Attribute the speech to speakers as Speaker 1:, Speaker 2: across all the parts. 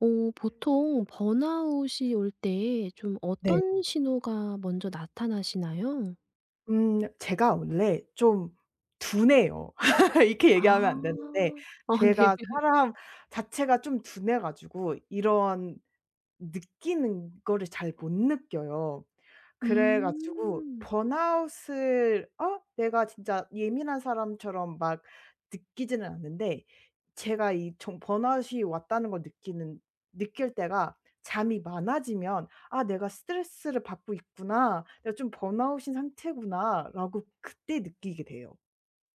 Speaker 1: 어 보통 번아웃이 올 때 좀
Speaker 2: 네.
Speaker 1: 어떤 신호가 먼저 나타나시나요?
Speaker 2: 제가 원래 좀 둔해요. 이렇게
Speaker 1: 아.
Speaker 2: 얘기하면 안 되는데,
Speaker 1: 아 네.
Speaker 2: 제가 사람 자체가 좀 둔해 가지고 이런 느끼는 거를 잘 못 느껴요. 그래 가지고
Speaker 1: 음.
Speaker 2: 번아웃을 내가 진짜 예민한 사람처럼 막 느끼지는 않는데, 제가 이 정 번아웃이 왔다는 걸 느끼는 느낄 때가, 잠이 많아지면 '아 내가 스트레스를 받고 있구나. 내가 좀 번아웃인 상태구나.'라고 그때 느끼게 돼요.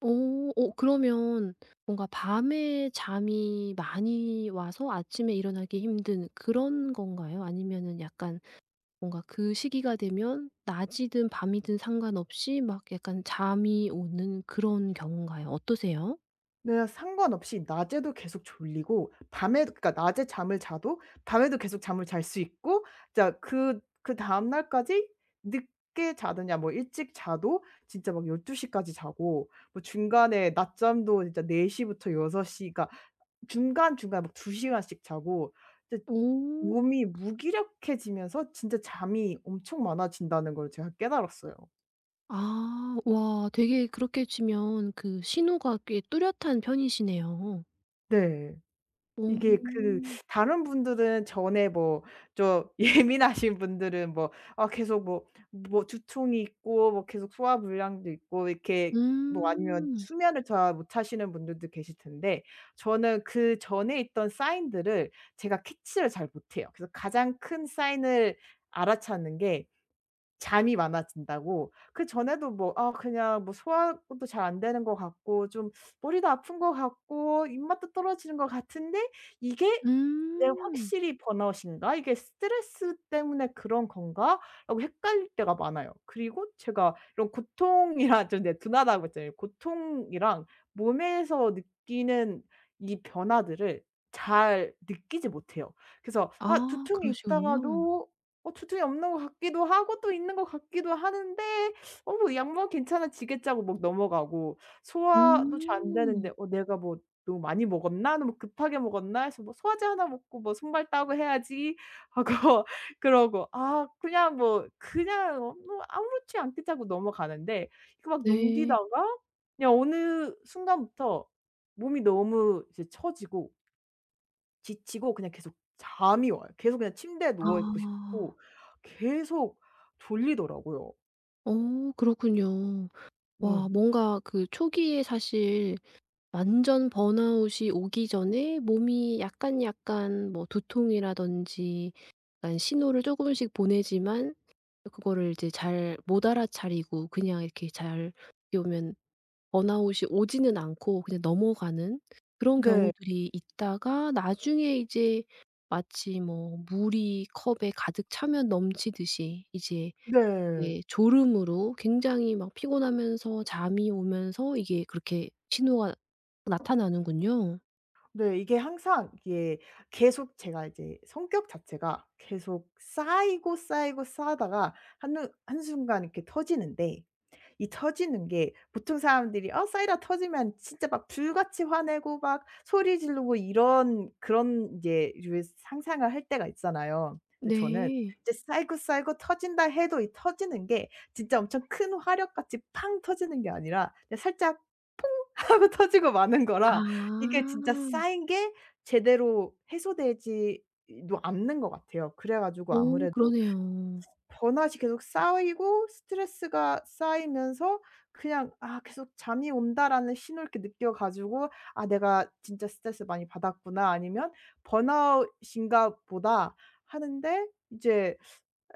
Speaker 1: 오, 오 그러면 뭔가 밤에 잠이 많이 와서 아침에 일어나기 힘든 그런 건가요? 아니면은 약간 뭔가 그 시기가 되면 낮이든 밤이든 상관없이 막 약간 잠이 오는 그런 경우인가요? 어떠세요?
Speaker 2: 네, 상관없이 낮에도 계속 졸리고, 밤에, 그러니까 낮에 잠을 자도 밤에도 계속 잠을 잘 수 있고, 진짜 그다음 날까지 늦게 자느냐 뭐 일찍 자도 진짜 막 12 시까지 자고, 뭐 중간에 낮잠도 진짜 4 시부터 6 시, 그러니까 중간중간 막 2 시간씩 자고, 진짜
Speaker 1: 오.
Speaker 2: 몸이 무기력해지면서 진짜 잠이 엄청 많아진다는 걸 제가 깨달았어요.
Speaker 1: 아 와 되게 그렇게 치면 그 신호가 꽤 뚜렷한 편이시네요.
Speaker 2: 네. 이게 그
Speaker 1: 오.
Speaker 2: 다른 분들은 전에 뭐 좀 예민하신 분들은 뭐 아 계속 뭐 뭐 두통이 있고 뭐 계속 소화 불량도 있고 이렇게, 뭐 아니면
Speaker 1: 음.
Speaker 2: 수면을 잘 못하시는 분들도 계실 텐데, 저는 그전에 있던 사인들을 제가 캐치를 잘 못해요. 그래서 가장 큰 사인을 알아차는 게 잠이 많아진다고. 그전에도 뭐 아 그냥 뭐 소화도 잘 안 되는 것 같고, 좀 머리도 아픈 것 같고, 입맛도 떨어지는 것 같은데, 이게 내
Speaker 1: 음.
Speaker 2: 확실히 번아웃인가? 이게 '스트레스 때문에 그런 건가?'라고 헷갈릴 때가 많아요. 그리고 제가 이런 고통이랑 좀, 네, 둔하다고 했잖아요. 고통이랑 몸에서 느끼는 이 변화들을 잘 느끼지 못해요. 그래서 아
Speaker 1: 아
Speaker 2: 두통이
Speaker 1: 그러시군요.
Speaker 2: 있다가도 둘 중에 없는 것 같기도 하고 또 있는 것 같기도 하는데, 뭐 약 먹으면 괜찮아지겠지 하고 막 넘어가고, 소화도 잘 안 되는데
Speaker 1: 음.
Speaker 2: '어 내가 뭐 너무 많이 먹었나? 너무 급하게 먹었나?' 해서 뭐 소화제 하나 먹고 뭐 손발 따고 해야지 하고 그러고 아 그냥 뭐 그냥 뭐 아무렇지 않겠지 하고 넘어가는데, 이거 막
Speaker 1: 네.
Speaker 2: 넘기다가 그냥 어느 순간부터 몸이 너무 이제 처지고 지치고 그냥 계속 잠이 와요. 계속 그냥 침대에 누워 있고
Speaker 1: 아.
Speaker 2: 싶고, 계속 졸리더라고요.
Speaker 1: 어 그렇군요.
Speaker 2: 네.
Speaker 1: 와 뭔가 그 초기에 사실 완전 번아웃이 오기 전에 몸이 약간 약간 뭐 두통이라든지 약간 신호를 조금씩 보내지만 그거를 이제 잘 못 알아차리고 그냥 이렇게 잘 어떻게 보면 번아웃이 오지는 않고 그냥 넘어가는 그런
Speaker 2: 네.
Speaker 1: 경우들이 있다가 나중에 이제 마치 뭐 물이 컵에 가득 차면 넘치듯이 이제
Speaker 2: 네.
Speaker 1: 이게 졸음으로 굉장히 막 피곤하면서 잠이 오면서 이게 그렇게 신호가 나타나는군요.
Speaker 2: 네. 이게 항상 이게 계속 제가 이제 성격 자체가 계속 쌓이고 쌓이고 쌓다가한 한순간 이렇게 터지는데, 이 터지는 게 보통 사람들이 쌓이다 터지면 진짜 막 불같이 화내고 막 소리 지르고 이런, 그런 이제 류의 상상을 할 때가 있잖아요. 근데 저는
Speaker 1: 네.
Speaker 2: 이제 쌓이고 쌓이고 터진다 해도 이 터지는 게 진짜 엄청 큰 화력같이 팡 터지는 게 아니라 그냥 살짝 퐁 하고 터지고 마는
Speaker 1: 아.
Speaker 2: 거라, 이게 진짜 쌓인 게 제대로 해소되지도 않는 것 같아요. 그래 가지고
Speaker 1: 오.
Speaker 2: 아무래도
Speaker 1: 그러네요.
Speaker 2: 번아웃이 계속 쌓이고 스트레스가 쌓이면서 그냥 '아 계속 잠이 온다.'라는 신호를 이렇게 느껴 가지고 '아 내가 진짜 스트레스 많이 받았구나.' 아니면 '번아웃인가 보다.' 하는데, 이제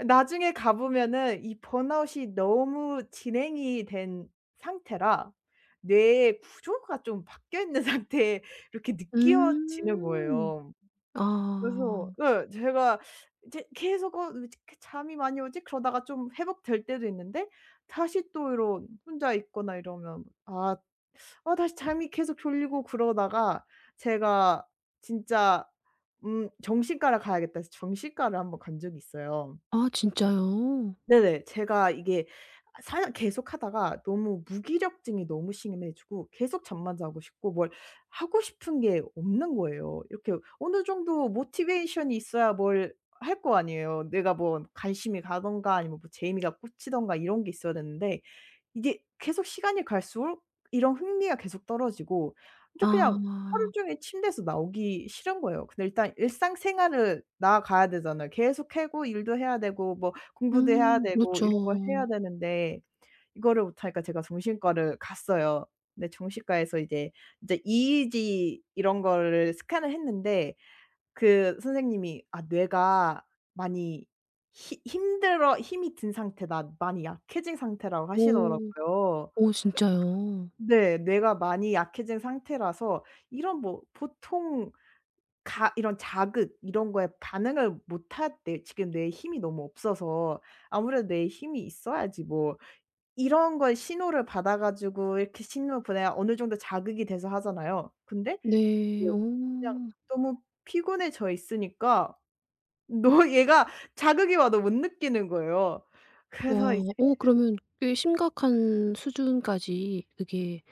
Speaker 2: 나중에 가 보면은 이 번아웃이 너무 진행이 된 상태라 뇌의 구조가 좀 바뀌어 있는 상태에 이렇게 느껴지는
Speaker 1: 음.
Speaker 2: 거예요.
Speaker 1: 아.
Speaker 2: 그래서 예, 제가 이제 계속 '어 왜 이렇게 잠이 많이 오지?' 그러다가 좀 회복될 때도 있는데, 다시 또 이런 혼자 있거나 이러면 아 다시 잠이 계속 졸리고, 그러다가 제가 진짜 '정신과를 가야겠다.' 해서 정신과를 한번 간 적이 있어요.
Speaker 1: 아 진짜요?
Speaker 2: 네네. 제가 이게 사 계속 하다가 너무 무기력증이 너무 심해 지고 계속 잠만 자고 싶고, 뭘 하고 싶은 게 없는 거예요. 이렇게 어느 정도 모티베이션이 있어야 뭘 할 거 아니에요. 내가 뭐 관심이 가든가 아니면 뭐 재미가 꽂히든가 이런 게 있어야 되는데, 이게 계속 시간이 갈수록 이런 흥미가 계속 떨어지고, 저 그냥 하루
Speaker 1: 아.
Speaker 2: 종일 침대에서 나오기 싫은 거예요. 근데 일단 일상생활을 나아가야 되잖아요. 계속 하고 일도 해야 되고 뭐 공부도 해야 되고 이런 걸 해야
Speaker 1: 그렇죠.
Speaker 2: 되는데, 이거를 못 하니까 제가 정신과를 갔어요. 근데 정신과에서 이제 이 e 이런 거를 스캔을 했는데, 그 선생님이 "아 뇌가 많이 히 힘들어 힘이 든 상태다. 많이 약해진 상태라고
Speaker 1: 오.
Speaker 2: 하시더라고요.
Speaker 1: 오 진짜요?
Speaker 2: 네. 뇌가 많이 약해진 상태라서 이런 뭐 보통 가 이런 자극 이런 거에 반응을 못 한대요. 지금 뇌에 힘이 너무 없어서. 아무래도 뇌에 힘이 있어야지 뭐 이런 걸 신호를 받아 가지고 이렇게 신호 보내야 어느 정도 자극이 돼서 하잖아요. 근데
Speaker 1: 네.
Speaker 2: 뭐 그냥
Speaker 1: 오.
Speaker 2: 너무 피곤해져 있으니까 너 얘가 자극이 와도 못 느끼는 거예요. 그래서
Speaker 1: 와. 오 그러면 꽤 심각한 수준까지 그게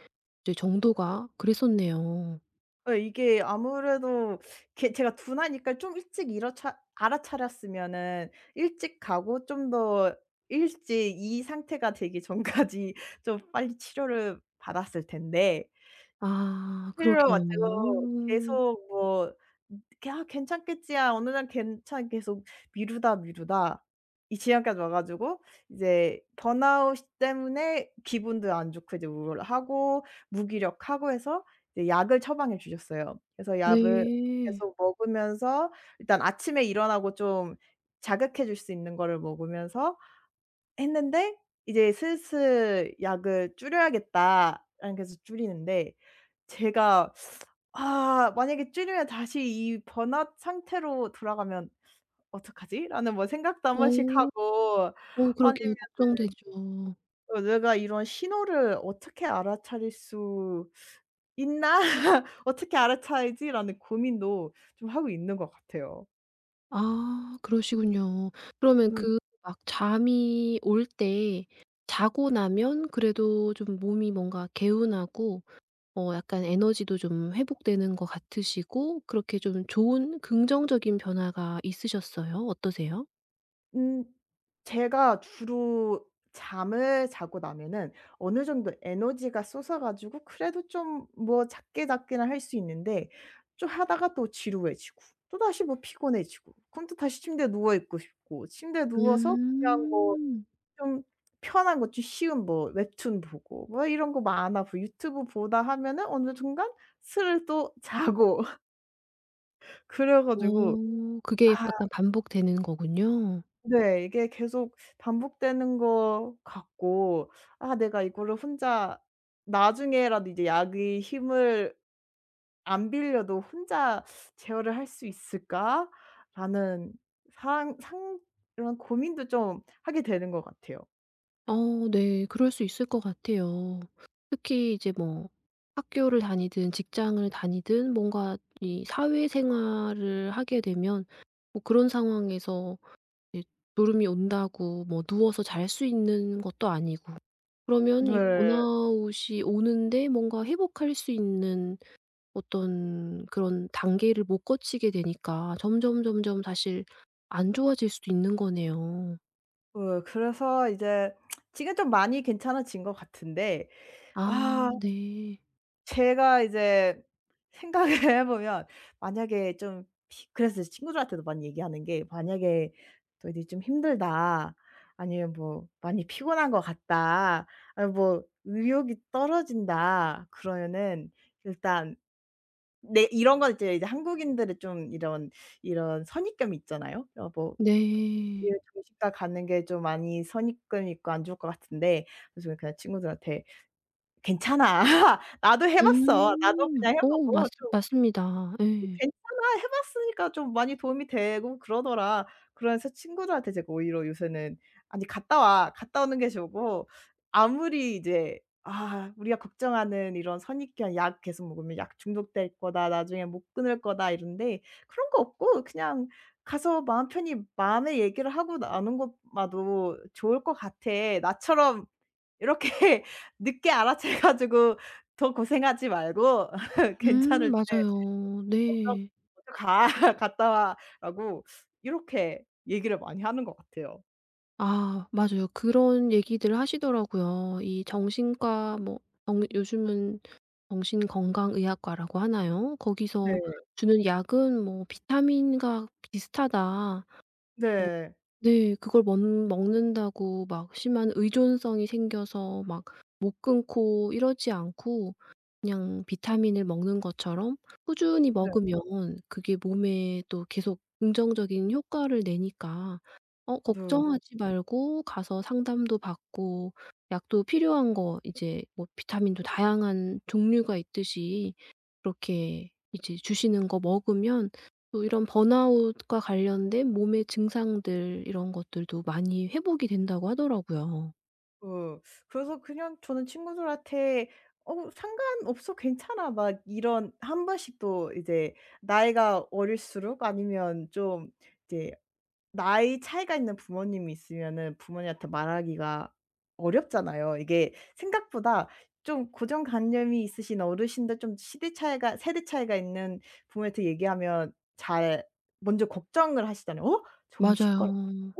Speaker 1: 이제 정도가 그랬었네요.
Speaker 2: 예, 이게 아무래도 게 제가 둔하니까 좀 일찍 일어차 알아차렸으면은 일찍 가고 좀 더 일찍 이 상태가 되기 전까지 좀 빨리 치료를 받았을 텐데,
Speaker 1: 아
Speaker 2: 스릴러
Speaker 1: 그러게요.
Speaker 2: 가지고
Speaker 1: 오.
Speaker 2: 계속 뭐 이렇게 '아 괜찮겠지야.' 어느 날 괜찮 계속 미루다 미루다 이 지경까지 와 가지고, 이제 번아웃 때문에 기분도 안 좋고 이제 우울하고 무기력하고 해서 이제 약을 처방해 주셨어요. 그래서 약을
Speaker 1: 네.
Speaker 2: 계속 먹으면서 일단 아침에 일어나고 좀 자극해 줄 수 있는 거를 먹으면서 했는데, 이제 슬슬 '약을 줄여야겠다.'라는, 그래서 줄이는데 제가 아 만약에 줄이면 다시 이 번아웃 상태로 돌아가면 '어떡하지?'라는 뭐 생각도 한
Speaker 1: 오
Speaker 2: 번씩 하고,
Speaker 1: 오 그러게요.
Speaker 2: 아니면
Speaker 1: 걱정되죠.
Speaker 2: 또 '내가 이런 신호를 어떻게 알아차릴 수 있나? 어떻게 알아차리지?'라는 고민도 좀 하고 있는 것 같아요.
Speaker 1: 아 그러시군요. 그러면 그 막 잠이 올 때 자고 나면 그래도 좀 몸이 뭔가 개운하고 어 약간 에너지도 좀 회복되는 것 같으시고 그렇게 좀 좋은 긍정적인 변화가 있으셨어요? 어떠세요?
Speaker 2: 음 제가 주로 잠을 자고 나면은 어느 정도 에너지가 솟아 가지고 그래도 좀 뭐 작게 작게는 할 수 있는데, 좀 하다가 또 지루해지고 또다시 뭐 피곤해지고, 그럼 또 다시 침대에 누워 있고 싶고, 침대에 누워서 그냥 뭐
Speaker 1: 음.
Speaker 2: 좀 편한 거 좀 쉬운 뭐 웹툰 보고 뭐 이런 거 만화 보 유튜브 보다 하면은 어느 순간 스르르 또 자고 그래 가지고.
Speaker 1: 어 그게 약간 반복되는 거군요.
Speaker 2: 네. 이게 계속 반복되는 것 같고, '아 내가 이거를 혼자 나중에라도 이제 약의 힘을 안 빌려도 혼자 제어를 할 수 있을까?'라는 상상, 이런 고민도 좀 하게 되는 것 같아요.
Speaker 1: 어 네. 그럴 수 있을 것 같아요. 특히 이제 뭐 학교를 다니든 직장을 다니든 뭔가 이 사회생활을 하게 되면 뭐 그런 상황에서 이 졸음이 온다고 뭐 누워서 잘 수 있는 것도 아니고 그러면
Speaker 2: 네.
Speaker 1: 이
Speaker 2: 네.
Speaker 1: 번아웃이 오는데 뭔가 회복할 수 있는 어떤 그런 단계를 못 거치게 되니까 점점점점 사실 안 좋아질 수도 있는 거네요.
Speaker 2: 그래서 이제 지금 좀 많이 괜찮아진 것 같은데,
Speaker 1: 아
Speaker 2: 아
Speaker 1: 네.
Speaker 2: 제가 이제 생각을 해 보면 만약에 좀 피 그래서 친구들한테도 많이 얘기하는 게, "만약에 너희들이 좀 힘들다. 아니면 뭐 많이 피곤한 것 같다. 아니 뭐 의욕이 떨어진다." 그러면은 일단 내 이런 건 이제 한국인들의 좀 이런 선입견이 있잖아요. 뭐 뭐 예
Speaker 1: 네.
Speaker 2: 정신과 가는 게 좀 많이 선입견이 있고 안 좋을 것 같은데, 그래서 저는 그냥 친구들한테 "괜찮아. 나도 해 봤어. 나도
Speaker 1: 음.
Speaker 2: 그냥 해
Speaker 1: 어 맞
Speaker 2: 보고 좀,
Speaker 1: 맞습니다.
Speaker 2: 어
Speaker 1: 예.
Speaker 2: 괜찮아. 해 봤으니까 좀 많이 도움이 되고 그러더라." 그러면서 친구들한테 제가 오히려 요새는 "아니 갔다 와. 갔다 오는 게 좋고, 아무리 이제 아 우리가 걱정하는 이런 선입견 '약 계속 먹으면 약 중독될 거다. 나중에 못 끊을 거다.' 이런데, 그런 거 없고 그냥 가서 마음 편히 마음의 얘기를 하고 나눈 것마도 좋을 것 같아." 나처럼 이렇게 늦게 알아채 가지고 더 고생하지 말고 괜찮을 때
Speaker 1: 맞아요. 네.
Speaker 2: "나 먼저 가. 갔다 와."라고 이렇게 얘기를 많이 하는 것 같아요.
Speaker 1: 아 맞아요. 그런 얘기들 하시더라고요. 이 정신과 뭐 정 요즘은 정신건강의학과라고 하나요? 거기서
Speaker 2: 네.
Speaker 1: 주는 약은 뭐 "비타민과 비슷하다."
Speaker 2: 네.
Speaker 1: 네. 그걸 먹 먹는다고 막 심한 의존성이 생겨서 막 못 끊고 이러지 않고 그냥 비타민을 먹는 것처럼 꾸준히
Speaker 2: 네.
Speaker 1: 먹으면 그게 몸에 또 계속 긍정적인 효과를 내니까 어
Speaker 2: 네.
Speaker 1: 걱정하지 말고 가서 상담도 받고 약도 필요한 거 이제 뭐 비타민도 다양한 종류가 있듯이 그렇게 이제 주시는 거 먹으면 또 이런 번아웃과 관련된 몸의 증상들 이런 것들도 많이 회복이 된다고 하더라고요.
Speaker 2: 어. 그래서 그냥 저는 친구들한테 "어 상관없어. 괜찮아." 막 이런 한 번씩 또, 이제 나이가 어릴수록, 아니면 좀 이제 나이 차이가 있는 부모님이 있으면은 부모님한테 말하기가 어렵잖아요. 이게 생각보다 좀 고정관념이 있으신 어르신들, 좀 시대 차이가 세대 차이가 있는 부모한테 얘기하면 잘 먼저 걱정을 하시잖아요. "어? 정신과라고?
Speaker 1: 맞아요.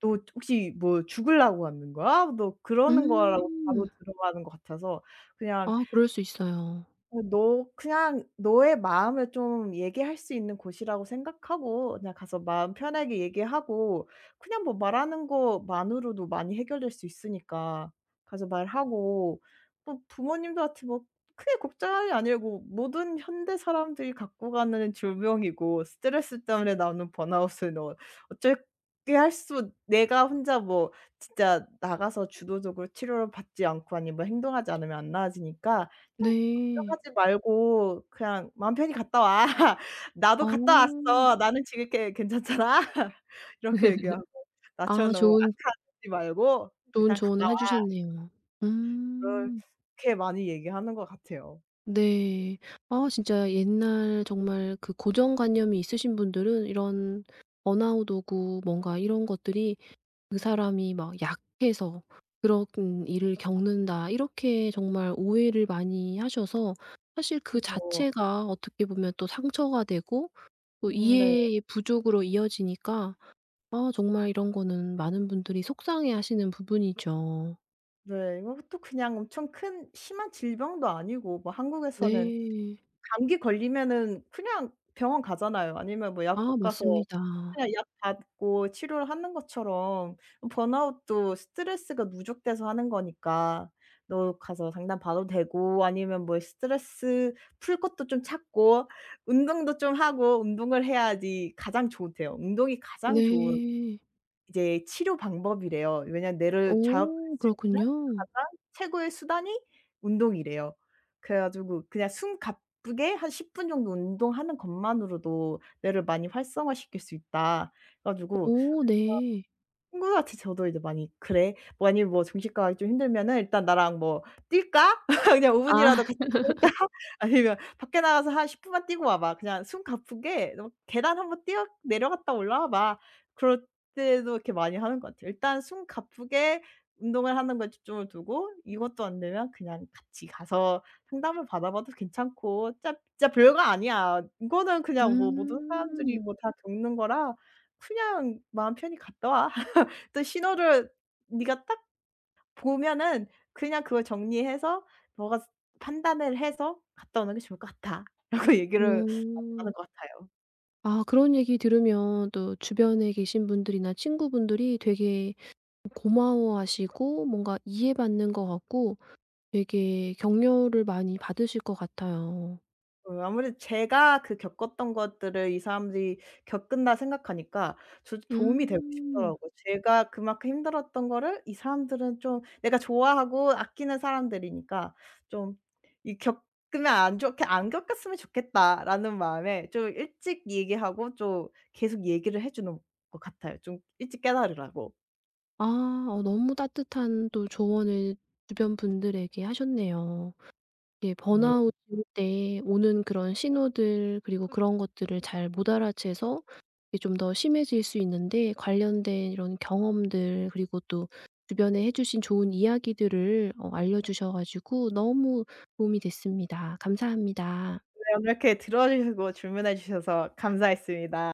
Speaker 2: 또 혹시 뭐 죽으려고 하는 거야?" 너 그러는 거라고 바로
Speaker 1: 음.
Speaker 2: 들어가는 것 같아서, 그냥
Speaker 1: 아 그럴 수 있어요.
Speaker 2: "너 그냥 너의 마음을 좀 얘기할 수 있는 곳이라고 생각하고 그냥 가서 마음 편하게 얘기하고, 그냥 뭐 말하는 것만으로도 많이 해결될 수 있으니까 가서 말하고. 뭐 부모님들한테 뭐 크게 걱정할 게 아니고 모든 현대 사람들이 갖고 가는 질병이고, 스트레스 때문에 나오는 번아웃은 어쩔 게, 할 수, 내가 혼자 뭐 진짜 나가서 주도적으로 치료를 받지 않고 아니면 행동하지 않으면 안 나아지니까, 그냥
Speaker 1: 네.
Speaker 2: 걱정하지 말고 그냥 '마음 편히 갔다 와. 나도 갔다
Speaker 1: 어.
Speaker 2: 왔어. 나는 지금 이렇게 괜찮잖아.' 이렇게 얘기하고, 나처럼
Speaker 1: 아
Speaker 2: 너무
Speaker 1: 좋은
Speaker 2: 악하지 말고
Speaker 1: 좋은
Speaker 2: "일단 갔다
Speaker 1: 조언을 해
Speaker 2: 와."
Speaker 1: 주셨네요. 음.
Speaker 2: 그렇게 많이 얘기하는 것 같아요.
Speaker 1: 네. 아 진짜 옛날 정말 그 고정관념이 있으신 분들은 이런 번아웃 오고 뭔가 이런 것들이 그 사람이 막 약해서 그런 일을 겪는다. 이렇게 정말 오해를 많이 하셔서 사실 그
Speaker 2: 그죠.
Speaker 1: 자체가 어떻게 보면 또 상처가 되고 또
Speaker 2: 음. 네.
Speaker 1: 이해의 부족으로 이어지니까 아 정말 이런 거는 많은 분들이 속상해하시는 부분이죠.
Speaker 2: 네. 이것도 그냥 엄청 큰 심한 질병도 아니고, 뭐 한국에서는
Speaker 1: 네.
Speaker 2: 감기 걸리면은 그냥 병원 가잖아요. 아니면 뭐
Speaker 1: 아
Speaker 2: 약국 가서
Speaker 1: 맞습니다.
Speaker 2: 그냥 약 받고 치료를 하는 것처럼, 번아웃도 스트레스가 누적돼서 하는 거니까 너 가서 상담 받도 되고, 아니면 뭐 스트레스 풀 것도 좀 찾고, 운동도 좀 하고. 운동을 해야지 가장 좋대요. 운동이 가장 좋은
Speaker 1: 네.
Speaker 2: 이제 치료 방법이래요. 왜냐면 뇌를 자극할
Speaker 1: 오,
Speaker 2: 수 있는
Speaker 1: 그렇군요.
Speaker 2: 가장 최고의 수단이 운동이래요. 그래 가지고 그냥 숨 가쁘게 한 10분 정도 운동하는 것만으로도 뇌를 많이 활성화시킬 수 있다. 그래 가지고
Speaker 1: 오 네.
Speaker 2: 친구같이 저도 이제 많이 "그래? 만일 뭐 정식 가기 좀 힘들면은 일단 나랑 뭐 뛸까? 그냥 5
Speaker 1: 아
Speaker 2: 분이라도 같이 뛸까? 아니면 밖에 나가서 한 10 분만 뛰고 와 봐. 그냥 숨 가쁘게 너 계단 한번 뛰어 내려갔다 올라와 봐." 그럴 때도 이렇게 많이 하는 것 같아요. 일단 숨 가쁘게 운동을 하는 거에 초점을 두고, 이것도 안 되면 그냥 같이 가서 상담을 받아봐도 괜찮고. "진짜 진짜 별거 아니야. 이거는 그냥 뭐 모든 사람들이
Speaker 1: 음.
Speaker 2: 뭐 다 겪는 거라, 그냥 마음 편히 갔다 와. 또 신호를 네가 딱 보면은 그냥 그걸 정리해서 너가 판단을 해서 갔다 오는 게 좋을 것 같다."라고 얘기를 많이
Speaker 1: 오.
Speaker 2: 하는 것 같아요.
Speaker 1: 아 그런 얘기 들으면 또 주변에 계신 분들이나 친구분들이 되게 고마워하시고 뭔가 이해받는 것 같고 되게 격려를 많이 받으실 것 같아요.
Speaker 2: 아무래도 제가 그 겪었던 것들을 이 사람들이 겪은다 생각하니까 저도 도움이 되고
Speaker 1: 음.
Speaker 2: 싶더라고요. 제가 그만큼 힘들었던 거를 이 사람들은 좀 내가 좋아하고 아끼는 사람들이니까, 좀 이 '겪으면 안 좋게, 안 겪었으면 좋겠다.'라는 마음에 좀 일찍 얘기하고 좀 계속 얘기를 해 주는 것 같아요, 좀 일찍 깨달으라고.
Speaker 1: 아 어 너무 따뜻한 또 조언을 주변 분들에게 하셨네요. 이게
Speaker 2: 음
Speaker 1: 번아웃 때 오는 그런 신호들 그리고 그런 것들을 잘 못 알아채서 이게 좀 더 심해질 수 있는데 관련된 이런 경험들 그리고 또 주변에 해 주신 좋은 이야기들을 어 알려 주셔 가지고 너무 도움이 됐습니다. 감사합니다.
Speaker 2: 네, 오늘 이렇게 들어 주시고 질문해 주셔서 감사했습니다.